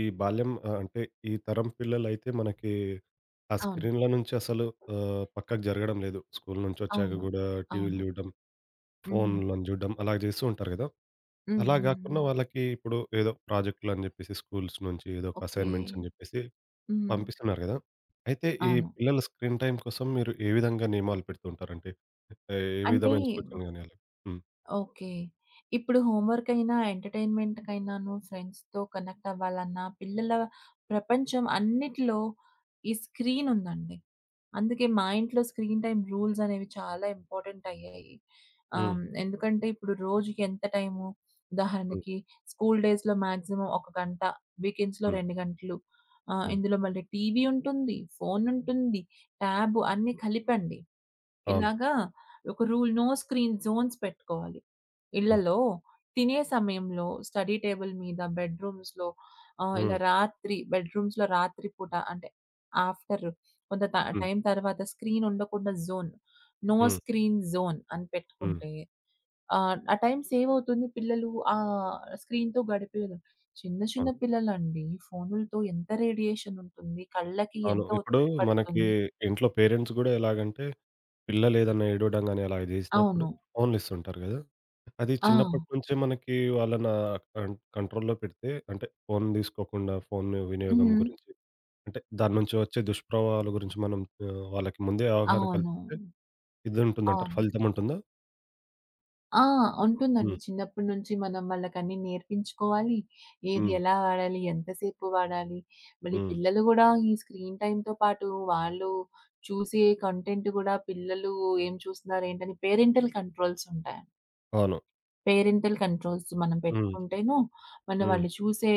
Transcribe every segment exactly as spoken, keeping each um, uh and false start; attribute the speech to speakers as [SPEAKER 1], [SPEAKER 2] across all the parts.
[SPEAKER 1] ఈ బాల్యం ఆహ్, అంటే ఈ తరం పిల్లలైతే మనకి ఆ
[SPEAKER 2] అవును.
[SPEAKER 1] స్క్రీన్‌ల నుంచి అసలు ఆహ్, పక్కకు జరగడం లేదు. స్కూల్ నుంచొచ్చాక
[SPEAKER 2] అవును.
[SPEAKER 1] గూడా టీవీలు
[SPEAKER 2] అవును.
[SPEAKER 1] జూడడం,
[SPEAKER 2] హుహు.
[SPEAKER 1] ఫోన్‌లను జూడడం అలా జేస్తూ ఉంటారు గదా!
[SPEAKER 2] హ్మ్.
[SPEAKER 1] అలా
[SPEAKER 2] హ్మ్.
[SPEAKER 1] గాకుండా
[SPEAKER 2] హ్మ్.
[SPEAKER 1] వాళ్ళకి ఇప్పుడు ఏదో ప్రాజెక్టులని జెప్పేసి స్కూల్స్ నుంచి ఏదో ఒక
[SPEAKER 2] ఓకే.
[SPEAKER 1] అసైన్‌మెంట్స్ అని జెప్పేసి
[SPEAKER 2] హ్మ్.
[SPEAKER 1] పంపిస్తున్నారు గదా! అయితే ఈ
[SPEAKER 2] అవును.
[SPEAKER 1] పిల్లల స్క్రీన్ టైమ్ కోసం మీరు ఏ విధంగా నియమాలు పెడుతూ ఉంటారంటే ఏ ఏ
[SPEAKER 2] అంటే
[SPEAKER 1] విధమైన సూచనలు గాని అలా? హ్మ్.
[SPEAKER 2] ఓకే. ఇప్పుడు హోమ్ వర్కయినా, ఎంటర్‌టైన్‌మెంట్‌కైనాను, ఫ్రెండ్స్‌తో కనెక్ట్ అవ్వాలన్నా, పిల్లల ప్రపంచం అన్నిటిలో ఈ స్క్రీనుందండి. అందుకే మా ఇంట్లో స్క్రీన్ టైమ్ రూల్స్ అనేవి చాలా ఇంపార్టెంట్ అయ్యాయి. ఆహ్,
[SPEAKER 1] హ్మ్.
[SPEAKER 2] హ్మ్. ఎందుకంటే ఇప్పుడు రోజుకి ఎంత టైము,
[SPEAKER 1] హ్మ్.
[SPEAKER 2] ఉదాహరణకి స్కూల్ డేస్‌లో మాక్సిమం ఒక గంట, వీకెండ్స్‌లో
[SPEAKER 1] హ్మ్.
[SPEAKER 2] రెండు గంటలు. ఆహ్,
[SPEAKER 1] హ్మ్.
[SPEAKER 2] ఇందులో మళ్ళీ టీవీ ఉంటుంది, ఫోనుంటుంది, ట్యాబు అన్నీ కలిపండి.
[SPEAKER 1] అవును.
[SPEAKER 2] ఇలాగా ఒక రూల్ నో స్క్రీన్ జోన్స్ పెట్టుకోవాలి.
[SPEAKER 1] ఓకే.
[SPEAKER 2] ఇళ్ళలో తినే సమయంలో స్టడీ టేబుల్ మీద, బెడ్‌రూమ్స్‌లో ఆహ్, ఇలా
[SPEAKER 1] హ్మ్.
[SPEAKER 2] రాత్రి బెడ్‌రూమ్స్‌లో రాత్రి పూట అంటే ఆఫ్టర్ కొంత ట
[SPEAKER 1] హ్మ్.
[SPEAKER 2] టైం తర్వాత స్క్రీన్ ఉండకుండా zone, no
[SPEAKER 1] hmm.
[SPEAKER 2] Screen zone అని
[SPEAKER 1] హ్మ్.
[SPEAKER 2] పెట్టుకుంటే ఆహ్, ఆ టైం సేవ్ అవుతుంది. పిల్లలు ఆహ్, స్క్రీన్‌తో గడిపేయరు. చిన్న చిన్న
[SPEAKER 1] అవును.
[SPEAKER 2] పిల్లలండి, ఫోనులతో ఎంత రేడియేషన్ ఉంటుంది. కళ్ళకి
[SPEAKER 1] అవును.
[SPEAKER 2] ఎంత
[SPEAKER 1] ఇప్పుడు
[SPEAKER 2] ఒత్తిడి
[SPEAKER 1] మనకి
[SPEAKER 2] పడుతుంది.
[SPEAKER 1] ఇంట్లో పేరెంట్స్ గూడా ఎలాగంటే, పిల్లలేదన్నా ఏడవడం గాని అలాగ జేసినప్పుడు
[SPEAKER 2] అవును.
[SPEAKER 1] ఫోన్లిస్తుంటారు గదా! అది
[SPEAKER 2] ఆ!
[SPEAKER 1] చిన్నప్పటి నుంచే మనకి వాళ్ళని ఆహ్, కన్ కంట్రోల్‌లో పెడితే అంటే ఫోను దీసుకోకుండా, ఫోన్ వినియోగం
[SPEAKER 2] హ్మ్.
[SPEAKER 1] గురించి అంటే దాని నుంచి వచ్చే దుష్ప్రభావాల గురించి మనం ఆహ్, వాళ్ళకి ముందే అవగాహన
[SPEAKER 2] అవును.
[SPEAKER 1] కల్పిస్తే ఇదుంటుందంటారు.
[SPEAKER 2] అవును.
[SPEAKER 1] ఫలితముంటుందా?
[SPEAKER 2] ఆ! ఉంటుందండి.
[SPEAKER 1] హ్మ్.
[SPEAKER 2] చిన్నప్పటి నుంచి మనం వాళ్ళకన్నీ నేర్పించుకోవాలి. ఏది
[SPEAKER 1] హ్మ్.
[SPEAKER 2] ఎలా వాడాలి, ఎంతసేపు వాడాలి, మళ్ళీ
[SPEAKER 1] హ్మ్.
[SPEAKER 2] పిల్లలు గూడా ఈ స్క్రీన్ టైమ్‌తో పాటు వాళ్ళు చూసే కంటెంట్ గూడా, పిల్లలు ఏం చూస్తున్నారు, ఏంటని పేరెంటల్ కంట్రోల్స్ ఉంటాయి.
[SPEAKER 1] అవును.
[SPEAKER 2] పేరెంటల్ కంట్రోల్స్ మనం
[SPEAKER 1] హ్మ్.
[SPEAKER 2] పెట్టుకుంటేను, మన
[SPEAKER 1] హ్మ్.
[SPEAKER 2] వాళ్ళు చూసే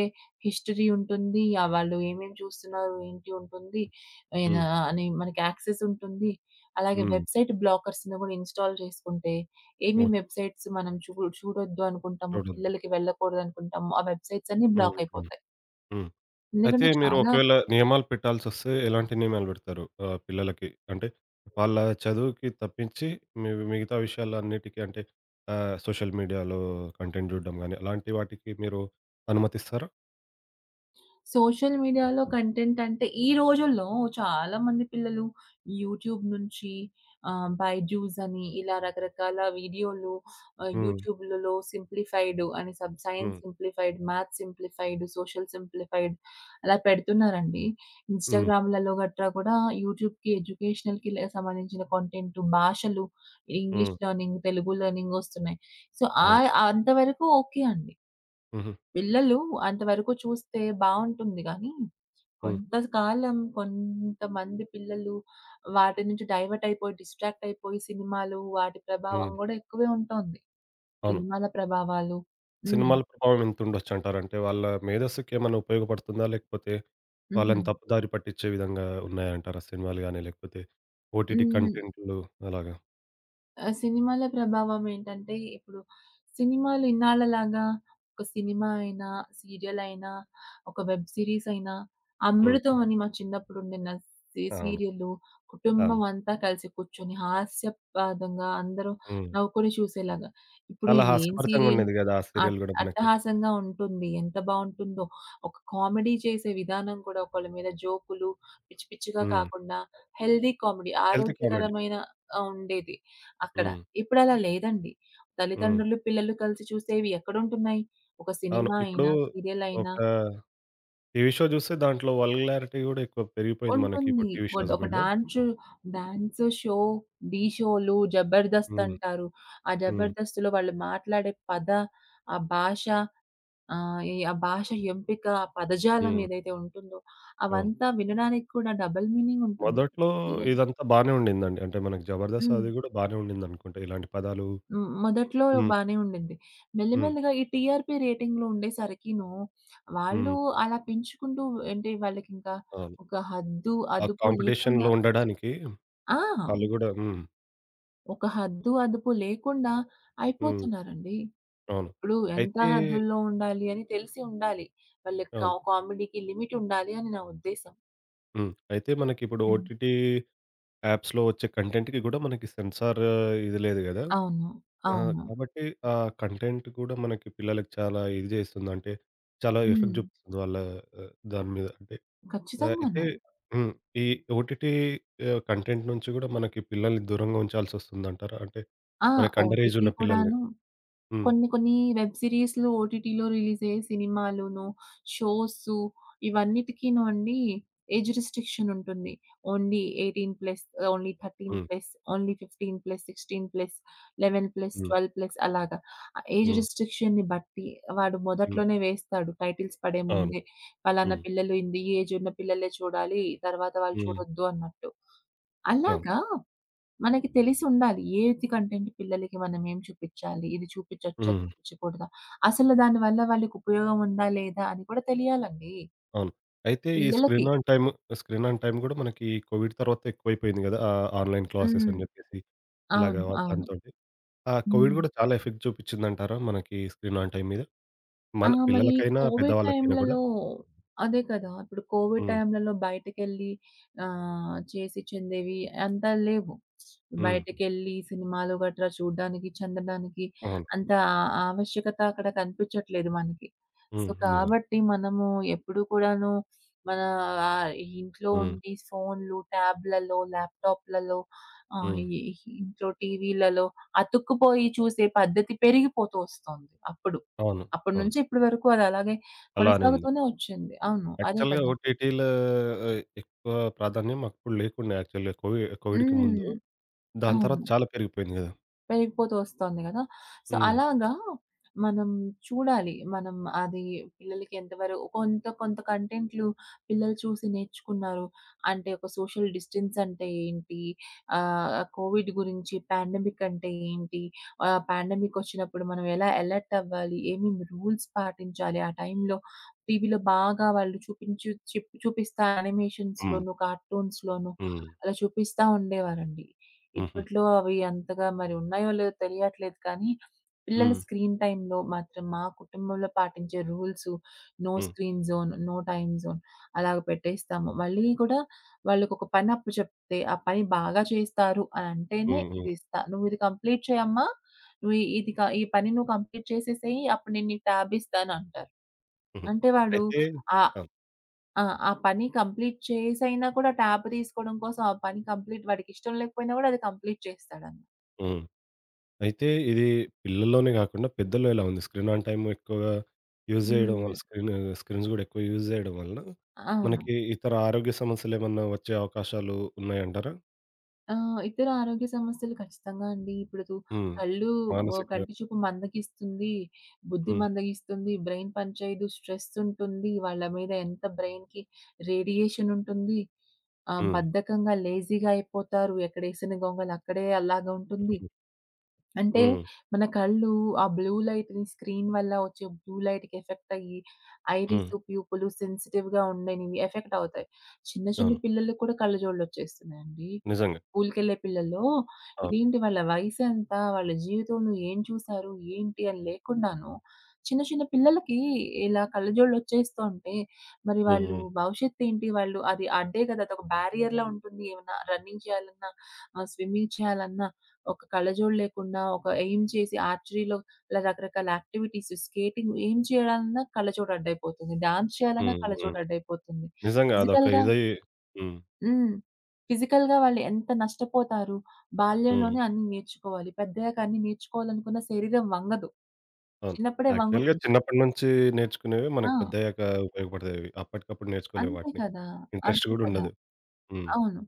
[SPEAKER 2] హిస్టరీ ఉంటుంది. ఆహ్, వాళ్ళు ఏమేమి చూస్తున్నారు, ఏంటి ఉంటుంది. ఏనా
[SPEAKER 1] హ్మ్.
[SPEAKER 2] అని మనకి యాక్సెస్ ఉంటుంది. అలాగే
[SPEAKER 1] హ్మ్.
[SPEAKER 2] వెబ్‌సైట్ బ్లాకర్స్‌ని గూడా ఇన్‌స్టాల్ చేసుకుంటే, ఏమేం
[SPEAKER 1] ఓకే.
[SPEAKER 2] వెబ్‌సైట్స్ మనం చూ చూడొద్దు అనుకుంటామో,
[SPEAKER 1] చూడొద్దు.
[SPEAKER 2] పిల్లలకి వెళ్ళకూడదు అనుకుంటామో, ఆ వెబ్‌సైట్స్ అన్నీ
[SPEAKER 1] హ్మ్.
[SPEAKER 2] బ్లాక్
[SPEAKER 1] హ్మ్.
[SPEAKER 2] అయిపోతాయి.
[SPEAKER 1] హ్మ్. అయితే
[SPEAKER 2] ఎందుకంటే
[SPEAKER 1] మీరు
[SPEAKER 2] చాలా
[SPEAKER 1] ఒకవేళ నియమాలు పెట్టాల్సొస్తే ఎలాంటి నియమాలు పెడతారు? ఆహ్, పిల్లలకి? అంటే వాళ్ళ చదువుకి తప్పించి మి మిగతా విషయాలన్నిటికి అంటే ఆహ్, సోషల్ మీడియాలో కంటెంట్ చూడడం గాని అలాంటి వాటికి మీరు అనుమతిస్తారా?
[SPEAKER 2] సోషల్ మీడియాలో కంటెంట్ అంటే ఈ రోజుల్లో చాలా మంది పిల్లలు యూట్యూబ్ నుంచి ఆహ్, 'బైజూస్' అని ఇలా రకరకాల వీడియోలు, ఆహ్,
[SPEAKER 1] హ్మ్.
[SPEAKER 2] యూట్యూబ్‌లలో సింప్లిఫైడ్ అని sub science
[SPEAKER 1] hmm.
[SPEAKER 2] Simplified, maths simplified, social simplified అలా పెడుతున్నారండి.
[SPEAKER 1] హ్మ్.
[SPEAKER 2] ఇన్‌స్టాగ్రామ్‌లలో గట్రా కూడా యూట్యూబ్‌కి ఎడ్యుకేషనల్‌కి లే సంబంధించిన కంటెంట్, భాషలు, English
[SPEAKER 1] hmm.
[SPEAKER 2] Learning, Telugu learning వస్తున్నాయి. సో,
[SPEAKER 1] అవును.
[SPEAKER 2] ఆహ్, అంతవరకు ఓకే అండి.
[SPEAKER 1] హుహు.
[SPEAKER 2] పిల్లలు అంతవరకు చూస్తే బావుంటుంది గానీ
[SPEAKER 1] హ్మ్.
[SPEAKER 2] కొంతకాలం కొంతమంది పిల్లలు వాటి నుంచి డైవర్ట్ అయిపోయి, డిస్ట్రాక్ట్ అయిపోయి సినిమాలు వాటి
[SPEAKER 1] హ్మ్.
[SPEAKER 2] ప్రభావం గూడా ఎక్కువే ఉంటుంది.
[SPEAKER 1] అవును.
[SPEAKER 2] సినిమాల ప్రభావాలు. హ్మ్.
[SPEAKER 1] సినిమాల ప్రభావం ఎంతుండొచ్చంటారు? అంటే వాళ్ళ మేధస్సుకేమన్నా ఉపయోగపడుతుందా? లేకపోతే
[SPEAKER 2] హుహు.
[SPEAKER 1] వాళ్ళని తప్పుదారి పట్టించే విధంగా ఉన్నాయంటారా సినిమాలు గాని లేకపోతే ఓటీటీ
[SPEAKER 2] హ్మ్.
[SPEAKER 1] కంటెంట్లు అలాగా?
[SPEAKER 2] ఆ! సినిమాల ప్రభావం ఏంటంటే, ఇప్పుడు సినిమాలు ఇన్నాళ్ళలాగా ఒక సినిమా అయినా, సీరియల్ అయినా, ఒక వెబ్ సీరీస్ అయినా,
[SPEAKER 1] హ్మ్.
[SPEAKER 2] 'అమృతం' అని మా చిన్నప్పుడు ఉండిన సీ
[SPEAKER 1] అవును.
[SPEAKER 2] సీరియల్లు, కుటుంబం
[SPEAKER 1] అవును.
[SPEAKER 2] అంతా కలిసి కూర్చొని హాస్యపాదంగా అందరూ
[SPEAKER 1] హ్మ్.
[SPEAKER 2] నవ్వుకొని చూసేలాగా. ఇప్పుడు
[SPEAKER 1] చాలా
[SPEAKER 2] ఏం
[SPEAKER 1] హాస్యభరితంగా
[SPEAKER 2] సీరియల్
[SPEAKER 1] ఉండేది గదా! ఆ
[SPEAKER 2] అట్
[SPEAKER 1] సీరియల్ గూడా మనకి.
[SPEAKER 2] అట్టహాసంగా ఉంటుంది. ఎంత బావుంటుందో. ఒక కామెడీ చేసే విధానం కూడా ఒకళ్ళ మీద జోకులు పిచ్చి పిచ్చిగా
[SPEAKER 1] హ్మ్.
[SPEAKER 2] కాకుండా హెల్తీ కామెడీ
[SPEAKER 1] హెల్త్ కామెడీ.
[SPEAKER 2] ఆరోగ్యకరమైన ఆహ్, ఉండేది. అక్కడ.
[SPEAKER 1] హ్మ్.
[SPEAKER 2] ఇప్పుడలా లేదండి.
[SPEAKER 1] హ్మ్.
[SPEAKER 2] తల్లిదండ్రులు, పిల్లలు కలిసి చూసేవి ఎక్కడుంటున్నాయి? ఒక
[SPEAKER 1] అవును.
[SPEAKER 2] సినిమా
[SPEAKER 1] ఇప్పుడు
[SPEAKER 2] అయినా, సీరియల్ అయినా
[SPEAKER 1] ఒక టీవీ షో జూస్తే దాంట్లో వల్గారిటీ గూడా ఎక్కువ పెరిగిపోయింది మనకి
[SPEAKER 2] ఉంటుంది.
[SPEAKER 1] ఇప్పుడు టీవీ
[SPEAKER 2] ఒడ్
[SPEAKER 1] షోస్
[SPEAKER 2] ఒక
[SPEAKER 1] గూడా.
[SPEAKER 2] డాన్సు డాన్స్ షో, ఢీ షోలు, జబర్దస్త్
[SPEAKER 1] హ్మ్.
[SPEAKER 2] అంటారు. ఆ
[SPEAKER 1] హ్మ్.
[SPEAKER 2] జబర్దస్త్‌లో వాళ్ళు మాట్లాడే పద, ఆ భాష, ఆహ్, ఈ ఆ భాష ఎంపిక, ఆ పదజాలం
[SPEAKER 1] హ్మ్.
[SPEAKER 2] ఏదైతే ఉంటుందో
[SPEAKER 1] అవును.
[SPEAKER 2] అవంతా వినడానికి కూడా డబుల్ మీనింగ్ ఉంటుందండి.
[SPEAKER 1] మొదట్లో
[SPEAKER 2] పిల్లలు.
[SPEAKER 1] ఇదంతా బానే ఉండిందండి. అంటే మనకి 'జబర్దస్త్'
[SPEAKER 2] హ్మ్.
[SPEAKER 1] అది గూడా బానే ఉండిందనుకుంటా. ఇలాంటి పదాలు
[SPEAKER 2] హ్మ్. మొదట్లో
[SPEAKER 1] హ్మ్.
[SPEAKER 2] బానే ఉండింది.
[SPEAKER 1] హ్మ్.
[SPEAKER 2] మెల్లిమెల్లిగా ఈ టీఆర్‌పీ రేటింగ్‌లో ఉండేసరికిను, వాళ్ళు
[SPEAKER 1] హ్మ్.
[SPEAKER 2] అలా పెంచుకుంటూ అంటే వాళ్ళకింకా
[SPEAKER 1] అవును.
[SPEAKER 2] ఒక హద్దు,
[SPEAKER 1] ఆ
[SPEAKER 2] అదుపు లేకుండా
[SPEAKER 1] కాంపిటీషన్‌లో ఉండడానికి
[SPEAKER 2] ఆ!
[SPEAKER 1] వాళ్ళు గూడా హ్మ్.
[SPEAKER 2] ఒక హద్దు, అదుపు లేకుండా
[SPEAKER 1] హ్మ్.
[SPEAKER 2] అయిపోతున్నారండి.
[SPEAKER 1] అవును.
[SPEAKER 2] ఇప్పుడు ఎంత
[SPEAKER 1] అయితే
[SPEAKER 2] హద్దుల్లో ఉండాలి అని తెలిసి ఉండాలి. వాళ్ళ కా
[SPEAKER 1] అవును.
[SPEAKER 2] కామెడీకి లిమిట్ ఉండాలి అని నా ఉద్దేశ్యం.
[SPEAKER 1] హ్మ్. అయితే మనకిప్పుడు
[SPEAKER 2] హ్మ్.
[SPEAKER 1] ఓటీటీ యాప్స్‌లో వచ్చే కంటెంట్‌కి గూడా మనకి సెన్సార్ ఇది లేదు గదా!
[SPEAKER 2] అవును.
[SPEAKER 1] ఆ!
[SPEAKER 2] అవును.
[SPEAKER 1] కాబట్టి ఆ కంటెంట్ కూడా మనకి పిల్లలకి చాలా ఇది చేస్తుంది. అంటే చాలా
[SPEAKER 2] హ్మ్.
[SPEAKER 1] ఎఫెక్ట్ చూపిస్తుంది వాళ్ళ ఆహ్, దాని మీద. అంటే ఆహ్, అయితే
[SPEAKER 2] ఖచ్చితంగాను.
[SPEAKER 1] హ్మ్. ఈ ఓటీటీ ఆహ్, కంటెంట్ నుంచి గూడా మనకి పిల్లల్ని దూరంగా ఉంచాల్సొస్తుందంటారా? అంటే
[SPEAKER 2] ఆ!
[SPEAKER 1] మనకి అండర్ ఏజ్
[SPEAKER 2] ఓటీటీ
[SPEAKER 1] ఉన్న పిల్లల్ని.
[SPEAKER 2] కూడాను
[SPEAKER 1] హ్మ్.
[SPEAKER 2] కొన్ని కొన్ని వెబ్ సీరీస్‌లు, ఓటీటీలో రిలీజ్ అయ్యే సినిమాలును, షోసు ఇవన్నిటికీను అండి ఏజ్ రిస్ట్రిక్షన్ ఉంటుంది. ఓన్లీ పద్దెనిమిది ప్లస్, ఓన్లీ
[SPEAKER 1] హ్మ్.
[SPEAKER 2] పదమూడు ప్లస్, ఓన్లీ పదిహేను ప్లస్, పదహారు ప్లస్, పదకొండు ప్లస్,
[SPEAKER 1] హ్మ్.
[SPEAKER 2] పన్నెండు ప్లస్ అలాగా. ఆ ఏజ్
[SPEAKER 1] హ్మ్.
[SPEAKER 2] రిస్ట్రిక్షన్‌ని బట్టి వాడు
[SPEAKER 1] హ్మ్.
[SPEAKER 2] మొదట్లోనే వేస్తాడు టైటిల్స్ పడే
[SPEAKER 1] అవును.
[SPEAKER 2] ముందే. పలానా
[SPEAKER 1] హ్మ్.
[SPEAKER 2] పిల్లలు, ఇంది ఈ ఏజ్ ఉన్న పిల్లలే చూడాలి. తర్వాత వాళ్ళు
[SPEAKER 1] హ్మ్.
[SPEAKER 2] చూడొద్దు అన్నట్టు.
[SPEAKER 1] అవును.
[SPEAKER 2] అలాగా మనకి తెలిసి ఉండాలి. ఏది కంటెంట్ పిల్లలకి మనం ఏం చూపిచ్చాలి? ఇది చూపిచ్చొచ్చా?
[SPEAKER 1] హ్మ్.
[SPEAKER 2] చూపిచ్చకూడదా? అసలు దాని వల్ల వాళ్ళకి ఉపయోగం ఉందా? లేదా? అని కూడా తెలియాలండి
[SPEAKER 1] అవును. అయితే ఈ
[SPEAKER 2] పిల్లలకి.
[SPEAKER 1] Screen on time, screen on time గూడా మనకి కోవిడ్ తర్వాత ఎక్కువైపోయింది గదా! ఆహ్, ఆన్‌లైన్ క్లాసెస్
[SPEAKER 2] హ్మ్.
[SPEAKER 1] అని జెప్పేసి
[SPEAKER 2] అవును.
[SPEAKER 1] అలాగా
[SPEAKER 2] అవును.
[SPEAKER 1] దాంతోటి. ఆ కోవిడ్
[SPEAKER 2] హ్మ్.
[SPEAKER 1] గూడా చాలా ఎఫెక్ట్ చూపిచ్చిందంటారా మనకి స్క్రీన్ ఆన్ టైమ్ మీద?
[SPEAKER 2] ఆ!
[SPEAKER 1] మన
[SPEAKER 2] మరి
[SPEAKER 1] పిల్లలకైనా,
[SPEAKER 2] కోవిడ్
[SPEAKER 1] పెద్దవాళ్ళకైనా గూడా?
[SPEAKER 2] టైమ్‌లలో అదే కదా! ఇప్పుడు కోవిడ్
[SPEAKER 1] హ్మ్.
[SPEAKER 2] టైమ్‌లలో బయటకెళ్ళి ఆహ్, చేసి చెందేవి అంత లేవు.
[SPEAKER 1] హ్మ్.
[SPEAKER 2] బయటకెళ్ళి సినిమాలు గట్రా చూడ్డానికి, చెందడానికి
[SPEAKER 1] అవును.
[SPEAKER 2] అంత ఆ ఆవశ్యకత అక్కడ కనిపించట్లేదు మనకి. సో,
[SPEAKER 1] హ్మ్. నిజం.
[SPEAKER 2] కాబట్టి మనము ఎప్పుడు కూడాను మన ఆహ్, ఇంట్లో
[SPEAKER 1] హ్మ్.
[SPEAKER 2] ఉండి ఫోన్‌లు, ట్యాబ్‌లలో, ల్యాప్‌టాప్‌లలో, ఆహ్,
[SPEAKER 1] హ్మ్.
[SPEAKER 2] ఈ ఇంట్లో టీవీలలో అతుక్కుపోయి చూసే పద్ధతి పెరిగిపోతూ వస్తోంది అప్పుడు.
[SPEAKER 1] అవును.
[SPEAKER 2] అప్పటి
[SPEAKER 1] అవును.
[SPEAKER 2] నుంచి ఇప్పటి వరకు అది అలాగే
[SPEAKER 1] అలానే ఉంది.
[SPEAKER 2] కొనసాగుతూనే వచ్చింది. అవును. అదే
[SPEAKER 1] యాక్చువల్‌గా
[SPEAKER 2] కదా!
[SPEAKER 1] ఓటీటీల ఆహ్, ఎక్కువ ప్రాధాన్యం అప్పుడు లేకుండే యాక్చువల్‌గా కోవి కోవిడ్‌కి
[SPEAKER 2] హ్మ్.
[SPEAKER 1] ముందు. దాని తర్వాత
[SPEAKER 2] అవును.
[SPEAKER 1] చాలా పెరిగిపోయింది గదా!
[SPEAKER 2] పెరిగిపోతూ వస్తోంది గదా! సో,
[SPEAKER 1] హ్మ్.
[SPEAKER 2] అలాగా మనం చూడాలి. మనం అది పిల్లలకి ఎంతవరకు కొంత కొంత కంటెంట్లు పిల్లలు చూసి నేర్చుకున్నారు. అంటే ఒక సోషల్ డిస్టెన్స్ అంటే ఏంటి? ఆహ్, కోవిడ్ గురించి, పాండమిక్ అంటే ఏంటి? ఆహ్, పాండమిక్ వచ్చినప్పుడు మనం ఎలా అలర్ట్ అవ్వాలి? ఏమేమి రూల్స్ పాటించాలి? ఆ టైంలో టీవీలో బాగా వాళ్ళు చూపించు చిప్ చూపిస్తా
[SPEAKER 1] హ్మ్.
[SPEAKER 2] యానిమేషన్స్‌లోను, కార్టూన్స్‌లోను
[SPEAKER 1] హ్మ్.
[SPEAKER 2] అలా చూపిస్తా ఉండేవారండి.
[SPEAKER 1] హుహు.
[SPEAKER 2] ఇప్పట్లో అవి అంతగా మరి ఉన్నాయో లేదో తెలియట్లేదు కానీ, పిల్లల
[SPEAKER 1] హ్మ్.
[SPEAKER 2] స్క్రీన్ టైమ్‌లో మాత్రం మా కుటుంబంలో పాటించే rules, no
[SPEAKER 1] hmm. Hmm.
[SPEAKER 2] Screen zone, no time zone అలాగ పెట్టేస్తాము. మళ్ళీ కూడా వాళ్ళకొక పని అప్పచెప్తే, ఆ పని బాగా చేస్తారు అని అంటేనే
[SPEAKER 1] హ్మ్.
[SPEAKER 2] ఇది ఇస్తా. "నువ్విది కంప్లీట్ చేయమ్మా, నువ్వు ఈ- ఇది క ఈ పని నువ్వు కంప్లీట్ చేసేసేయి అప్పుడు నేను నీకు టాబ్ ఇస్తాను" అంటారు.
[SPEAKER 1] హుహు.
[SPEAKER 2] అంటే వాళ్ళు
[SPEAKER 1] అయితే
[SPEAKER 2] ఆ
[SPEAKER 1] ఆ!
[SPEAKER 2] ఆ! ఆ పని కంప్లీట్ చేసైనా కూడా, ట్యాబ్ తీసుకోవడం కోసం ఆ పని కంప్లీట్, వాడికిష్టం లేకపోయినా కూడా అది కంప్లీట్ చేస్తాడన్నమాట.
[SPEAKER 1] హ్మ్. అయితే ఇది పిల్లల్లోనే గాకుండా పెద్దల్లో ఇలా ఉంది. స్క్రీన్ ఆన్ టైమ్ ఎక్కువగా యూజ్ జేయడం
[SPEAKER 2] హ్మ్.
[SPEAKER 1] వల్ల స్క్రీన్ స్క్రీన్స్ గూడా ఎక్కువ యూజ్ జేయడం వలన
[SPEAKER 2] అవును.
[SPEAKER 1] మనకి ఇతర ఆరోగ్య సమస్యలేమన్నా వచ్చే అవకాశాలు ఉన్నాయంటారా?
[SPEAKER 2] ఆహ్, ఇతర ఆరోగ్య సమస్యలు ఖచ్చితంగా అండి. ఇప్పుడు దు
[SPEAKER 1] హ్మ్.
[SPEAKER 2] కళ్ళు, ఆహ్,
[SPEAKER 1] మానసిక
[SPEAKER 2] కంటి చూపు మందగిస్తుంది, బుద్ధి
[SPEAKER 1] హ్మ్.
[SPEAKER 2] మందగిస్తుంది, బ్రెయిన్ పనిచేయదు, స్ట్రెస్ ఉంటుంది. వాళ్ళ మీద ఎంత బ్రెయిన్‌కి రేడియేషన్ ఉంటుంది. ఆహ్,
[SPEAKER 1] హ్మ్.
[SPEAKER 2] బద్ధకంగా లేజీగా అయిపోతారు. ఎక్కడేసిన గొంగలు అక్కడే అలాగా ఉంటుంది.
[SPEAKER 1] హ్మ్.
[SPEAKER 2] అంటే మన కళ్ళు ఆ బ్లూ లైట్‌ని, స్క్రీన్ వల్ల వచ్చే బ్లూ లైట్‌కి ఎఫెక్ట్ అయ్యి,
[SPEAKER 1] హ్మ్.
[SPEAKER 2] ఐరిస్, ప్యూపులు సెన్సిటివ్‌గా ఉండనివి ఎఫెక్ట్ అవుతాయి. చిన్న చిన్న
[SPEAKER 1] అవును.
[SPEAKER 2] పిల్లలకి కూడా కళ్ళజోళ్ళుచ్చేస్తున్నాయండి.
[SPEAKER 1] నిజంగా.
[SPEAKER 2] స్కూల్‌కెళ్ళే పిల్లల్లో
[SPEAKER 1] అవును.
[SPEAKER 2] ఇదేంటి వాళ్ళ వయసెంత? వాళ్ళ జీవితంలో ఏం చూసారు? ఏంటి? అని లేకుండాను చిన్న చిన్న పిల్లలకి ఇలా కళ్ళజోళ్ళొచ్చేస్తుంటే మరి
[SPEAKER 1] హ్మ్.
[SPEAKER 2] వాళ్ళు
[SPEAKER 1] హ్మ్.
[SPEAKER 2] భవిష్యత్తేంటి? వాళ్ళు అది అడ్డే కదా! అదొక బ్యారియర్‌లా ఉంటుంది. ఏమన్నా రన్నింగ్ చేయాలన్నా, ఆహ్, స్విమ్మింగ్ చేయాలన్నా ఒక కళ్ళజోడు లేకుండా, ఒక ఎయిమ్ చేసి ఆర్చరీలో ఇలా రకరకాల యాక్టివిటీస్, స్కేటింగ్ ఏం చేయాలన్నా కళ్ళజోడు అడ్డయిపోతుంది. డాన్స్ చేయాలన్నా
[SPEAKER 1] హ్మ్. హ్మ్.
[SPEAKER 2] కళ్ళజోడు అడ్డయిపోతుంది.
[SPEAKER 1] నిజంగా అదొక
[SPEAKER 2] ఫిజికల్‌గా.
[SPEAKER 1] ఇదై హ్మ్.
[SPEAKER 2] హ్మ్. ఫిజికల్‌గా వాళ్ళు ఎంత నష్టపోతారు.
[SPEAKER 1] హ్మ్.
[SPEAKER 2] బాల్యంలోనే అన్నీ నేర్చుకోవాలి. పెద్దయ్యాక అన్నీ నేర్చుకోవాలనుకున్న శరీరం వంగదు.
[SPEAKER 1] అవును.
[SPEAKER 2] చిన్నప్పుడే
[SPEAKER 1] యాక్చువల్‌గా
[SPEAKER 2] వంగుతుంది.
[SPEAKER 1] చిన్నప్పటి నుంచి నేర్చుకునేవి
[SPEAKER 2] ఆ!
[SPEAKER 1] మనకు పెద్దయ్యాక ఉపయోగపడతాయి. అప్పటికప్పుడు నేర్చుకోలేము
[SPEAKER 2] అంతే
[SPEAKER 1] వాటిని.
[SPEAKER 2] కదా!
[SPEAKER 1] ఇంట్రెస్ట్
[SPEAKER 2] అంతే
[SPEAKER 1] గూడా
[SPEAKER 2] కదా!
[SPEAKER 1] ఉండదు. హ్మ్.
[SPEAKER 2] అవును.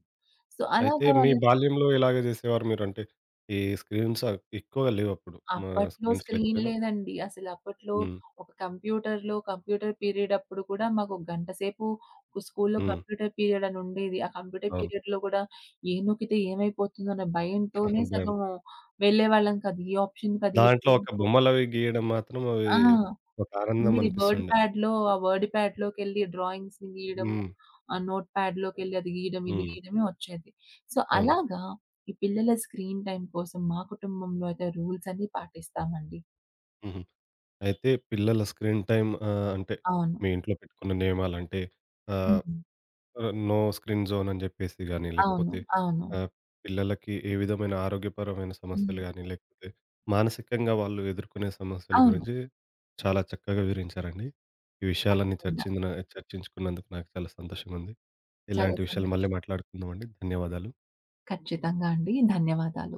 [SPEAKER 2] సో,
[SPEAKER 1] అయితే
[SPEAKER 2] అలాగా
[SPEAKER 1] మీ
[SPEAKER 2] వాళ్ళకి
[SPEAKER 1] బాల్యంలో ఇలాగే చేసేవారు మీరు? అంటే ఈ స్క్రీన్స్ అ ఎక్కువగా లేవప్పుడు. మా
[SPEAKER 2] అప్పట్లో
[SPEAKER 1] స్క్రీన్స్
[SPEAKER 2] స్క్రీన్
[SPEAKER 1] లేకపోయినా
[SPEAKER 2] లేదండి. అసలు అప్పట్లో
[SPEAKER 1] హ్మ్.
[SPEAKER 2] ఒక కంప్యూటర్‌లో, కంప్యూటర్ పీరియడ్ అప్పుడు కూడా మాకు ఒక గంట సేపు స్కూల్‌లో
[SPEAKER 1] హ్మ్.
[SPEAKER 2] కంప్యూటర్ పీరియడ్ అని ఉండేది. ఆ కంప్యూటర్
[SPEAKER 1] అవును.
[SPEAKER 2] పీరియడ్‌లో కూడా ఏ నొక్కితే ఏమైపోతుందో అన్న భయంతోనే
[SPEAKER 1] భయం.
[SPEAKER 2] సగం వెళ్ళేవాళ్ళం కాదు. ఈ ఆప్షన్ కదిలితే
[SPEAKER 1] దాంట్లో ఒక బొమ్మలవి గీయడం మాత్రం అవి
[SPEAKER 2] ఆ!
[SPEAKER 1] ఒక ఆనందం
[SPEAKER 2] మీరు వర్డ్
[SPEAKER 1] అనిపిస్తుండే.
[SPEAKER 2] ప్యాడ్‌లో ఆ వర్డ్ ప్యాడ్‌లోకెళ్ళి డ్రాయింగ్స్‌ని గీయడము,
[SPEAKER 1] హ్మ్.
[SPEAKER 2] ఆ నోట్ ప్యాడ్‌లోకెళ్ళి అది గీయడం, ఇది
[SPEAKER 1] హ్మ్.
[SPEAKER 2] గీయడమే వచ్చేది. సో,
[SPEAKER 1] అవును.
[SPEAKER 2] అలాగా ఈ పిల్లల స్క్రీన్ టైమ్ కోసం మా కుటుంబంలో అయితే రూల్స్ అన్నీ పాటిస్తామండి.
[SPEAKER 1] హుహు. అయితే పిల్లల స్క్రీన్ టైమ్ ఆహ్, అంటే
[SPEAKER 2] అవును.
[SPEAKER 1] మీ ఇంట్లో పెట్టుకున్న నియమాలంటే ఆహ్
[SPEAKER 2] హ్మ్.
[SPEAKER 1] ఆహ్, నో స్క్రీన్ జోన్ అని జెప్పేసి గాని,
[SPEAKER 2] అవును.
[SPEAKER 1] లేకపోతే
[SPEAKER 2] అవును.
[SPEAKER 1] ఆహ్, పిల్లలకి ఏ విధమైన ఆరోగ్యపరమైన
[SPEAKER 2] హ్మ్.
[SPEAKER 1] సమస్యలు గాని, లేకపోతే మానసికంగా వాళ్ళు ఎదుర్కొనే సమస్యల
[SPEAKER 2] అవును.
[SPEAKER 1] గురించి చాలా చక్కగా వివరించారండి. ఈ విషయాలన్నీ
[SPEAKER 2] తప్పకుండా.
[SPEAKER 1] చర్చించిన చర్చించుకున్నందుకు నాకు చాలా సంతోషంగా ఉంది.
[SPEAKER 2] చాలా
[SPEAKER 1] ఇలాంటి విషయాలు మళ్ళీ
[SPEAKER 2] సంతోషం.
[SPEAKER 1] మాట్లాడుకుందామండి. ధన్యవాదాలు.
[SPEAKER 2] ఖచ్చితంగా అండి. ధన్యవాదాలు.